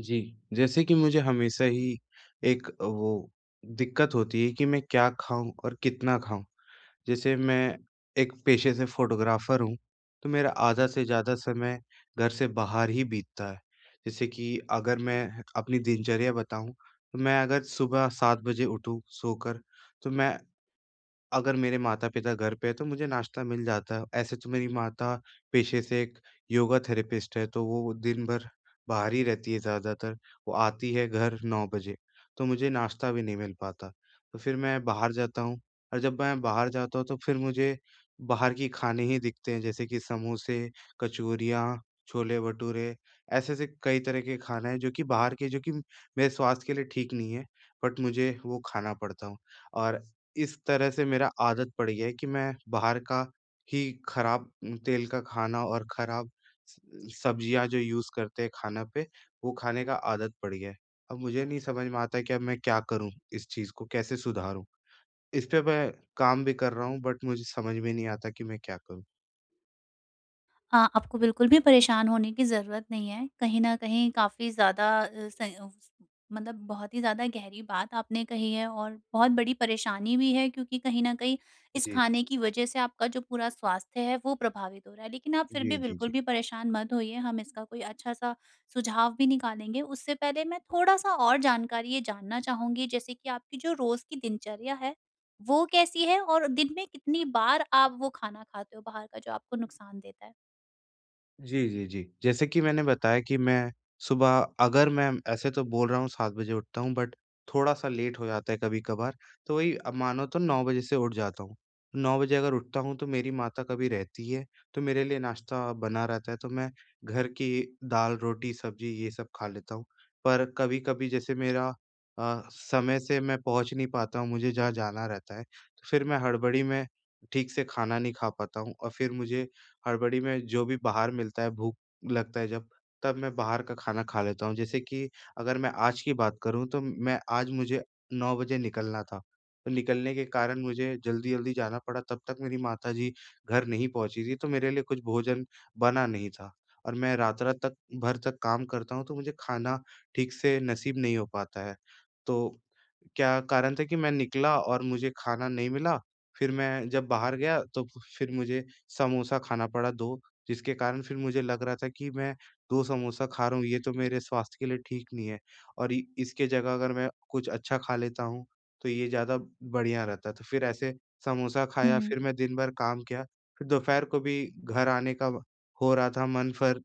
जी, जैसे कि मुझे हमेशा ही एक वो दिक्कत होती है कि मैं क्या खाऊँ और कितना खाऊँ। जैसे मैं एक पेशे से फ़ोटोग्राफ़र हूँ, तो मेरा आधा से ज़्यादा समय घर से बाहर ही बीतता है। जैसे कि अगर मैं अपनी दिनचर्या बताऊँ, तो मैं अगर सुबह 7 बजे उठूँ सोकर, तो मैं अगर मेरे माता-पिता घर पे हैं, तो मुझे नाश्ता मिल जाता है। ऐसे तो मेरी माता पेशे से एक योगा थेरेपिस्ट है, तो वो दिन भर बाहर ही रहती है ज़्यादातर। वो आती है घर 9 बजे, तो मुझे नाश्ता भी नहीं मिल पाता। तो फिर मैं बाहर जाता हूँ, और जब मैं बाहर जाता हूँ, तो फिर मुझे बाहर के खाने ही दिखते हैं, जैसे कि समोसे, कचौरियाँ, छोले-भटूरे, ऐसे-ऐसे कई तरह के खाना है, जो कि बाहर के, जो कि मेरे स्वास्थ्य के लिए ठीक नहीं है, बट मुझे वो खाना पड़ता हूँ। और इस तरह से मेरा आदत पड़ गया है कि मैं बाहर का ही खराब तेल का खाना और खराब स सब्जियाँ जो यूज़ करते हैं खाना पे, वो खाने का आदत पड़ गया है। अब मुझे नहीं समझ में आता है कि अब मैं क्या करूँ? इस चीज़ को कैसे सुधारूँ? इस पे मैं काम भी कर रहा हूँ, बट मुझे समझ में नहीं आता कि मैं क्या करूँ? आपको बिल्कुल भी परेशान होने की ज़रूरत नहीं है। कहीं न कहीं काफ़ी ज़्यादा मतलब बहुत ही ज़्यादा गहरी बात आपने कही है और बहुत बड़ी परेशानी भी है, क्योंकि कहीं न कहीं इस जी। खाने की वज़ह से आपका जो पूरा स्वास्थ्य है वो प्रभावित हो रहा है। लेकिन आप फिर जी, भी जी, बिल्कुल जी। भी परेशान मत होइए, हम इसका कोई अच्छा-सा सुझाव भी निकालेंगे। उससे पहले मैं थोड़ा-सा और जानकारी ये जानना चाहूँगी, जैसे कि आपकी जो रोज़ की दिनचर्या है, वो कैसी है? और दिन में कितनी बार आप वो खाना खाते हो बाहर का जो आपको नुकसान देता है? जी, जी, जी। जैसे कि मैंने बताया कि मैं सुबह, अगर मैं ऐसे तो बोल रहा हूँ, 7 बजे उठता हूँ, बट थोड़ा-सा लेट हो जाता है कभी-कभार, तो वही अब मानो तो 9 बजे से उठ जाता हूँ। 9 बजे अगर उठता हूँ, तो मेरी माता कभी रहती है, तो मेरे लिए नाश्ता बना रहता है, तो मैं घर की दाल, रोटी, सब्ज़ी ये सब खा लेता हूँ। पर कभी-कभी जैसे मेरा समय से मैं पहुँच नहीं पाता हूँ, मुझे जहाँ जाना रहता है, तो फिर मैं हड़बड़ी में ठीक से खाना नहीं खा पाता हूँ, और फिर मुझे हड़बड़ी में जो भी बाहर मिलता है, भूख लगता है जब, तब मैं बाहर का खाना खा लेता हूँ। जैसे कि अगर मैं आज की बात करूँ, तो मैं आज, मुझे 9 बजे निकलना था, तो निकलने के कारण मुझे जल्दी-जल्दी जाना पड़ा, तब तक मेरी माताजी घर नहीं पहुँची थी, तो मेरे लिए कुछ भोजन बना नहीं था, और मैं रात-रात तक भर तक काम करता हूँ, तो मुझे खाना ठीक से नसीब नहीं हो पाता है। तो क्या कारण था कि मैं निकला और मुझे खाना नहीं मिला, फिर मैं जब बाहर गया, तो फिर मुझे समोसा खाना पड़ा 2, जिसके कारण फिर मुझे लग रहा था कि मैं 2 समोसा खा रहा हूँ, ये तो मेरे स्वास्थ्य के लिए ठीक नहीं है, और इ इसके जगह अगर मैं कुछ अच्छा खा लेता हूँ, तो ये ज़्यादा बढ़िया रहता है। तो फिर ऐसे समोसा खाया, हुँ। फिर मैं दिन भर काम किया, फिर दोपहर को भी घर आने का हो रहा था मन, पर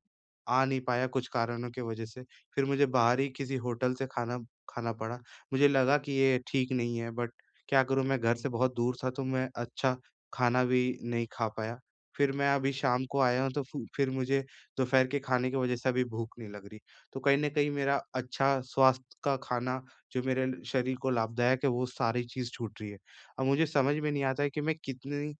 आ नहीं पाया कुछ कारणों की वजह से, फिर मुझे बाहर ही किसी होटल से खाना खाना पड़ा। मुझे लगा कि ये ठीक नहीं है, बट क्या करूँ, मैं घर से बहुत दूर था, तो मैं अच्छा खाना भी नहीं खा पाया। फिर मैं अभी शाम को आया हूँ, तो फु फिर मुझे दोपहर के खाने की वज़ह से अभी भूख नहीं लग रही। तो कहीं न कहीं मेरा अच्छा स्वास्थ्य का खाना, जो मेरे ल शरीर को लाभदायक है, वो सारी चीज़ छूट रही है। अब मुझे समझ में नहीं आता है कि मैं कितनी,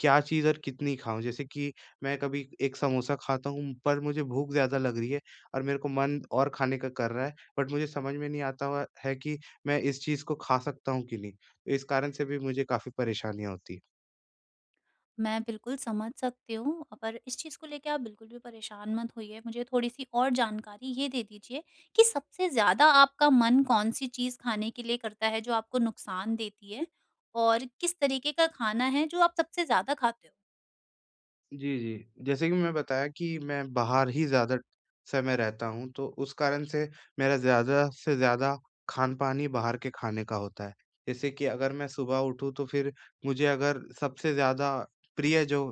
क्या चीज़ और कितनी खाऊँ? जैसे कि मैं कभी एक समोसा खाता हूँ, पर मुझे भूख ज़्यादा लग रही है और मेरे को मन और खाने का कर रहा है, बट मुझे समझ में नहीं आता हुआ है कि मैं इस चीज़ को खा सकता हूँ कि नहीं? तो इस कारण से भी मुझे काफ़ी परेशानियाँ होती हैं। मैं बिल्कुल समझ सकती हूँ, पर इस चीज़ को लेके आप बिल्कुल भी परेशान मत होइए। मुझे थोड़ी-सी और जानकारी ये दे दीजिए कि सबसे ज़्यादा आपका मन कौन-सी चीज़ खाने के लिए करता है जो आपको नुकसान देती है? और किस तरीके का खाना है जो आप सबसे ज़्यादा खाते हो? जी, जी। जैसे कि मैं बताया कि मैं बाहर ही ज़्यादा समय रहता हूँ, तो उस कारण से मेरा ज़्यादा से ज़्यादा खान-पान ही बाहर के खाने का होता है। जैसे कि अगर मैं सुबह उठूँ, तो फिर मुझे अगर सबसे ज़्यादा प्रिय जो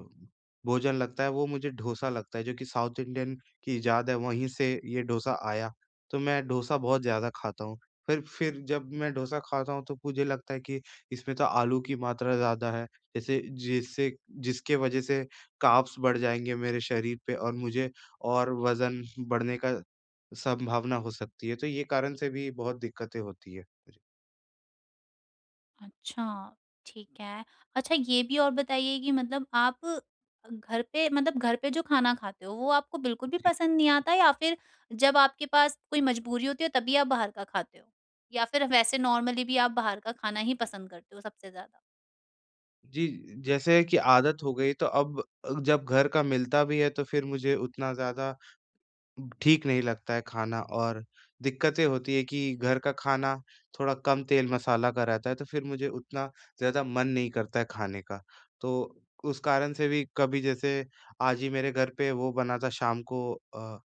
भोजन लगता है, वो मुझे डोसा लगता है, जो कि साउथ इंडियन की इजाद है, वहीं से ये डोसा आया। तो मैं डोसा बहुत ज़्यादा खाता हूँ। फिर जब मैं डोसा खाता हूँ, तो मुझे लगता है कि इसमें तो आलू की मात्रा ज़्यादा है, जैसे जिससे जिसके वजह से कार्ब्स बढ़ जाएँगे मेरे शरीर पे, और मुझे और वज़न बढ़ने का संभावना हो सकती है, तो ये कारण से भी बहुत दिक्कतें होती है। जी। अच्छा, ठीक है। अच्छा, ये भी और बताइए कि मतलब आप घर पे, मतलब घर पे जो खाना खाते हो वो आपको बिल्कुल भी जी। पसंद नहीं आता, या फिर जब आपके पास कोई मजबूरी होती है तभी आप बाहर का खाते हो? या फिर वैसे नॉर्मली भी आप बाहर का खाना ही पसंद करते हो सबसे ज़्यादा? जी, जैसे कि आदत हो गई, तो अब जब घर का मिलता भी है, तो फिर मुझे उतना ज़्यादा ठीक नहीं लगता है खाना, और दिक्कतें होती है कि घर का खाना थोड़ा कम तेल मसाला का रहता है, तो फिर मुझे उतना ज़्यादा मन नहीं करता है खाने का। तो उस कारण से भी, कभी जैसे आज ही मेरे घर पे वो बना था शाम को अ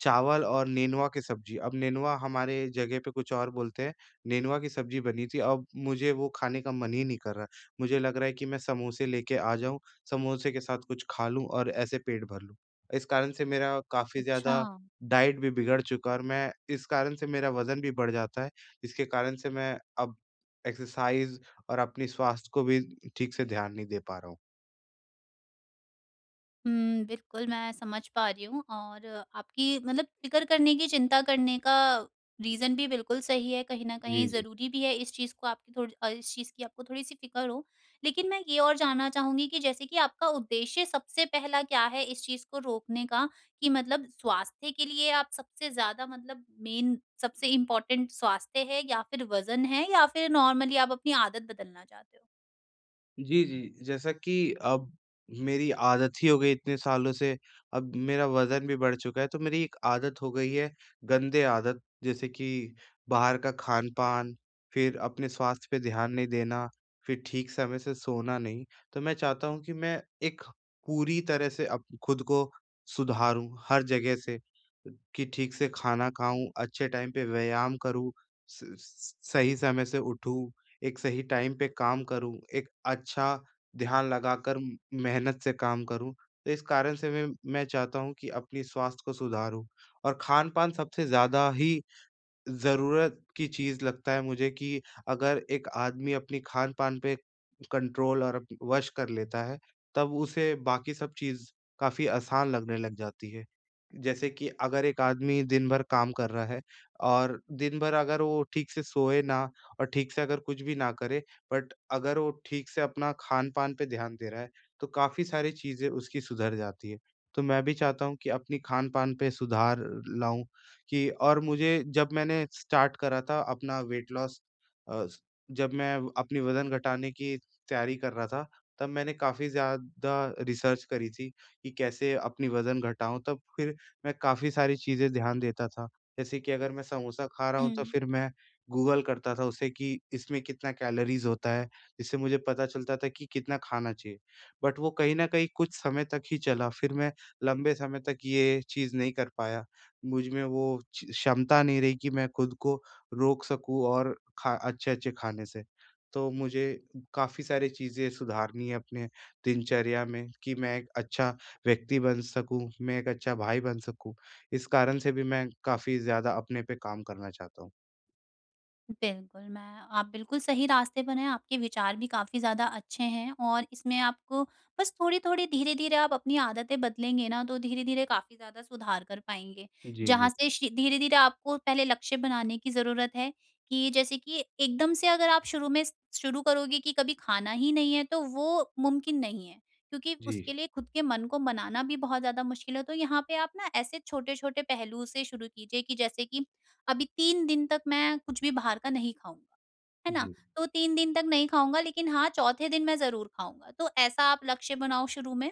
चावल और नेनुआ की सब्ज़ी। अब नेनुआ हमारे जगह पे कुछ और बोलते हैं, नेनुआ की सब्ज़ी बनी थी, अब मुझे वो खाने का मन ही नहीं कर रहा। मुझे लग रहा है कि मैं समोसे लेके आ जाऊँ, समोसे के साथ कुछ खा लूँ और ऐसे पेट भर लूँ। इस कारण से मेरा काफ़ी अच्छा। ज़्यादा डाइट भी बिगड़ चुका है, और मैं इस कारण से, मेरा वज़न भी बढ़ जाता है, जिसके कारण से मैं अब एक्सरसाइज़ और अपने स्वास्थ्य को भी ठीक से ध्यान नहीं दे पा रहा हूँ। हुँ, बिल्कुल, मैं समझ पा रही हूँ। और आपकी मतलब फ़िक्र करने की, चिंता करने का रीज़न भी बिल्कुल सही है, कहीं न जी, कहीं जी। ज़रूरी भी है इस चीज़ को, इस चीज़ की आपको थोड़ी-सी फ़िक्र हो। लेकिन मैं ये और जानना चाहूँगी कि जैसे कि आपका उद्देश्य सबसे पहला क्या है इस चीज़ को रोकने का? कि मतलब स्वास्थ्य के लिए आप सबसे ज़्यादा, मतलब मेन सबसे इम्पोर्टेंट स्वास्थ्य है, या फिर वज़न है, या फिर नॉर्मली आप अपनी आदत बदलना चाहते हो? जी, जी। जैसा कि अब मेरी आदत ही हो गई इतने सालों से, अब मेरा वज़न भी बढ़ चुका है, तो मेरी एक आदत हो गई है, गंदे आदत, जैसे कि बाहर का खान-पान, फिर अपने स्वास्थ्य पे ध्यान नहीं देना, फिर ठीक समय से सोना नहीं। तो मैं चाहता हूँ कि मैं एक पूरी तरह से अप खुद को सुधारूँ हर जगह से, कि ठीक से खाना खाऊँ, अच्छे टाइम पे व्यायाम करूँ, स स सही समय से उठूँ। एक सही टाइम पे काम करूँ, एक अच्छा ध्यान लगाकर म मेहनत से काम करूँ। तो इस कारण से मैं चाहता हूँ कि अपनी स्वास्थ्य को सुधारूँ, और खान-पान सबसे ज़्यादा ही ज़रूरत की चीज़ लगता है मुझे, कि अगर एक आदमी अपनी खान-पान पे कंट्रोल और अप वश कर लेता है, तब उसे बाकी सब चीज़ काफ़ी आसान लगने लग जाती है। जैसे कि अगर एक आदमी दिन भर काम कर रहा है, और दिन भर अगर वो ठीक से सोए ना और ठीक से अगर कुछ भी ना करे, बट अगर वो ठीक से अपना खान-पान पे ध्यान दे रहा है, तो काफ़ी सारी चीज़ें उसकी सुधर जाती है। तो मैं भी चाहता हूँ कि अपनी खान-पान पे सुधार लाऊँ, कि और मुझे, जब मैंने स्टार्ट करा था अपना वेट लॉस, अ, स जब मैं अपनी वज़न घटाने की तैयारी कर रहा था, तब मैंने काफ़ी ज़्यादा रिसर्च करी थी कि कैसे अपनी वज़न घटाऊँ, तब फिर मैं काफ़ी सारी चीज़ें ध्यान देता था। जैसे कि अगर मैं समोसा खा रहा हुँ। हूँ, तो फिर मैं गूगल करता था उसे कि इसमें कितना कैलोरीज़ होता है, जिससे मुझे पता चलता था कि कितना खाना चाहिए। बट वो कहीं न कहीं कुछ समय तक ही चला, फिर मैं लंबे समय तक ये चीज़ नहीं कर पाया। मुझ में वो छ क्षमता नहीं रही कि मैं खुद को रोक सकूँ और खा अच्छे-अच्छे खाने से। तो मुझे काफ़ी सारी चीज़ें सुधारनी है अपने दिनचर्या में, कि मैं एक अच्छा व्यक्ति बन सकूँ, मैं एक अच्छा भाई बन सकूँ। इस कारण से भी मैं काफ़ी ज़्यादा अपने पे काम करना चाहता हूँ। बिल्कुल, मैं आप बिल्कुल सही रास्ते पर हैं, आपके विचार भी काफ़ी ज़्यादा अच्छे हैं और इसमें आपको बस थोड़ी-थोड़ी, धीरे-धीरे आप अपनी आदतें बदलेंगे ना, तो धीरे-धीरे काफ़ी ज़्यादा सुधार कर पाएँगे। जी, जहाँ जी। से श धीरे-धीरे आपको पहले लक्ष्य बनाने की ज़रूरत है कि जैसे कि एकदम से अगर आप शुरू में शुरू करोगे कि कभी खाना ही नहीं है, तो वो मुमकिन नहीं है, क्योंकि जी, उसके लिए खुद के मन को मनाना भी बहुत ज़्यादा मुश्किल है। तो यहाँ पे आप ना ऐसे छोटे-छोटे पहलू से शुरू कीजिए कि जैसे कि अभी 3 दिन तक मैं कुछ भी बाहर का नहीं खाऊँगा, है ना? जी। तो 3 दिन तक नहीं खाऊँगा, लेकिन हाँ, चौथे दिन मैं ज़रूर खाऊँगा। तो ऐसा आप लक्ष्य बनाओ शुरू में,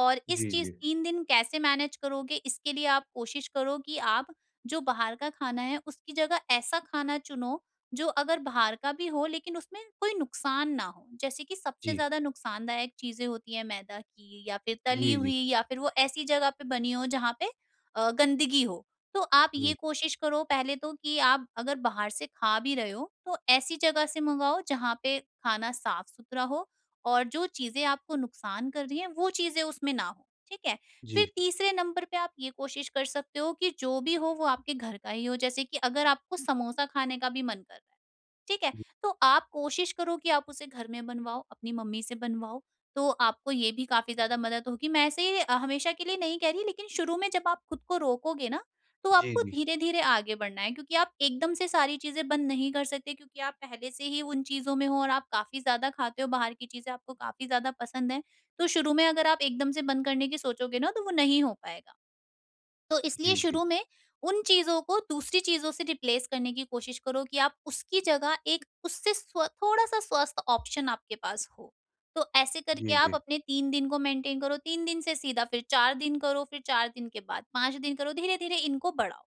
और इस जी, चीज़ जी। 3 दिन कैसे मैनेज करोगे इसके लिए आप कोशिश करो कि आप जो बाहर का खाना है उसकी जगह ऐसा खाना चुनो जो अगर बाहर का भी हो लेकिन उसमें कोई नुकसान ना हो। जैसे कि सबसे जी। ज़्यादा नुकसानदायक चीज़ें होती हैं मैदा की, या फिर तली जी, जी। हुई, या फिर वो ऐसी जगह पे बनी हो जहाँ पे गंदगी हो। तो आप ये जी, कोशिश करो पहले तो कि आप अगर बाहर से खा भी रहे हो तो ऐसी जगह से मंगाओ जहाँ पे खाना साफ सुथरा हो, और जो चीजें आपको नुकसान कर रही हैं वो चीजें उसमें ना हो। ठीक है। फिर जी। तीसरे नंबर पे आप ये कोशिश कर सकते हो कि जो भी हो वो आपके घर का ही हो, जैसे कि अगर आपको समोसा खाने का भी मन कर रहा है, ठीक है, तो आप कोशिश करो कि आप उसे घर में बनवाओ, अपनी मम्मी से बनवाओ। तो आपको ये भी काफी ज्यादा मदद होगी। मैं ऐसे ही, हमेशा के लिए नहीं कह रही, लेकिन शुरू में जब आप खुद को रोकोगे ना, तो जी, आपको जी। धीरे-धीरे आगे बढ़ना है, क्योंकि आप एकदम से सारी चीज़ें बंद नहीं कर सकते, क्योंकि आप पहले से ही उन चीज़ों में हो और आप काफ़ी ज़्यादा खाते हो, बाहर की चीज़ें आपको काफ़ी ज़्यादा पसंद हैं। तो शुरू में अगर आप एकदम से बंद करने की सोचोगे ना, तो वो नहीं हो पाएगा। तो इसलिए जी, जी। शुरू में उन चीज़ों को दूसरी चीज़ों से रिप्लेस करने की कोशिश करो कि आप उसकी जगह एक, उससे स्व थोड़ा-सा स्वस्थ ऑप्शन आपके पास हो। तो ऐसे जी, करके आप जी। अपने 3 दिन को मेंटेन करो, 3 दिन से सीधा फिर 4 दिन करो, फिर 4 दिन के बाद 5 दिन करो, धीरे-धीरे इनको बढ़ाओ,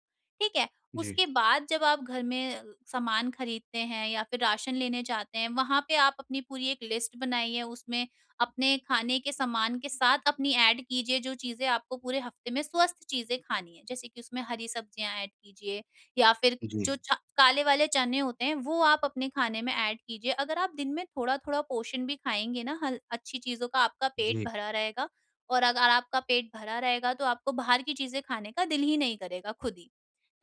ठीक है? जी। उसके बाद जब आप घर में सामान खरीदते हैं या फिर राशन लेने जाते हैं, वहाँ पे आप अपनी पूरी एक लिस्ट बनाइए, उसमें अपने खाने के सामान के साथ अपनी ऐड कीजिए जो चीज़ें आपको पूरे हफ्ते में स्वस्थ चीज़ें खानी है। जैसे कि उसमें हरी सब्जियाँ ऐड कीजिए, या फिर जी। जो च काले वाले चने होते हैं वो आप अपने खाने में ऐड कीजिए। अगर आप दिन में थोड़ा-थोड़ा पोर्शन भी खाएँगे ना हल अच्छी चीज़ों का, आपका पेट जी। भरा रहेगा। और अगर आपका पेट भरा रहेगा तो आपको बाहर की चीज़ें खाने का दिल ही नहीं करेगा खुद ही।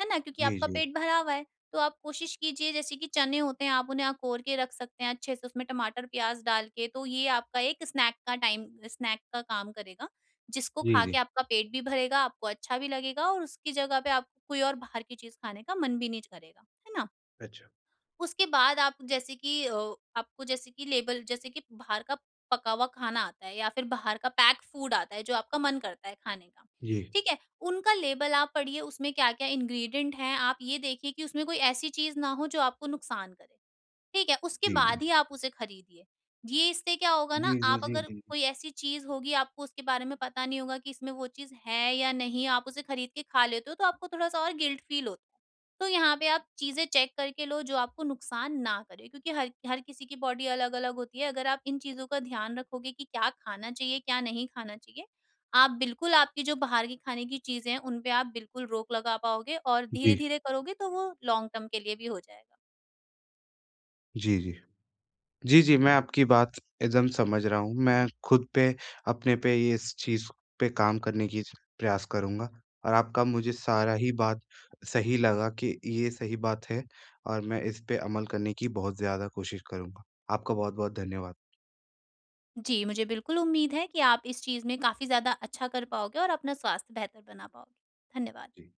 है ना? क्योंकि जी, आपका जी। पेट भरा हुआ है। तो आप कोशिश कीजिए, जैसे कि चने होते हैं आप उन्हें अकोर के रख सकते हैं अच्छे से, उसमें टमाटर प्याज डाल के, तो ये आपका एक स्नैक का टाइम, स्नैक का काम करेगा, जिसको जी, खा के जी। आपका पेट भी भरेगा, आपको अच्छा भी लगेगा, और उसकी जगह पे आपको कोई और बाहर की चीज खाने का मन भी नहीं करेगा, है ना? अच्छा। उसके बाद आप जैसे कि आपको जैसे कि लेबल, जैसे कि बाहर का पका हुआ खाना आता है, या फिर बाहर का पैक फूड आता है जो आपका मन करता है खाने का, जी। ठीक है? उनका लेबल आप पढ़िए, उसमें क्या-क्या इंग्रीडिएंट हैं, आप ये देखिए कि उसमें कोई ऐसी चीज़ ना हो जो आपको नुकसान करे। ठीक है, उसके जी, जी। बाद ही आप उसे खरीदिए। ये, इससे क्या होगा ना, जी, जी, आप जी, अगर जी। कोई ऐसी चीज़ होगी, आपको उसके बारे में पता नहीं होगा कि इसमें वो चीज़ है या नहीं, आप उसे खरीद के खा लेते हो तो आपको थोड़ा-सा और गिल्ट फ़ील होता है। तो यहाँ पे आप चीज़ें चेक करके लो जो आपको नुकसान ना करे, क्योंकि हर हर किसी की बॉडी अलग-अलग होती है। अगर आप इन चीज़ों का ध्यान रखोगे कि क्या खाना चाहिए, क्या नहीं खाना चाहिए, आप बिल्कुल, आपकी जो बाहर की खाने की चीज़ें हैं उन पे आप बिल्कुल रोक लगा पाओगे, और जी, धीरे-धीरे करोगे तो वो लॉन्ग टर्म के लिए भी हो जाएगा। जी, जी। जी, जी, मैं आपकी बात एकदम समझ रहा हूँ। मैं खुद पे, अपने पे ये इस चीज़ पे काम करने की प्रयास करूँगा, और आपका मुझे सारा ही बात सही लगा कि ये सही बात है, और मैं इस पे अमल करने की बहुत ज़्यादा कोशिश करूँगा। आपका बहुत-बहुत धन्यवाद। जी, मुझे बिल्कुल उम्मीद है कि आप इस चीज़ में काफ़ी ज़्यादा अच्छा कर पाओगे और अपना स्वास्थ्य बेहतर बना पाओगे। धन्यवाद। जी।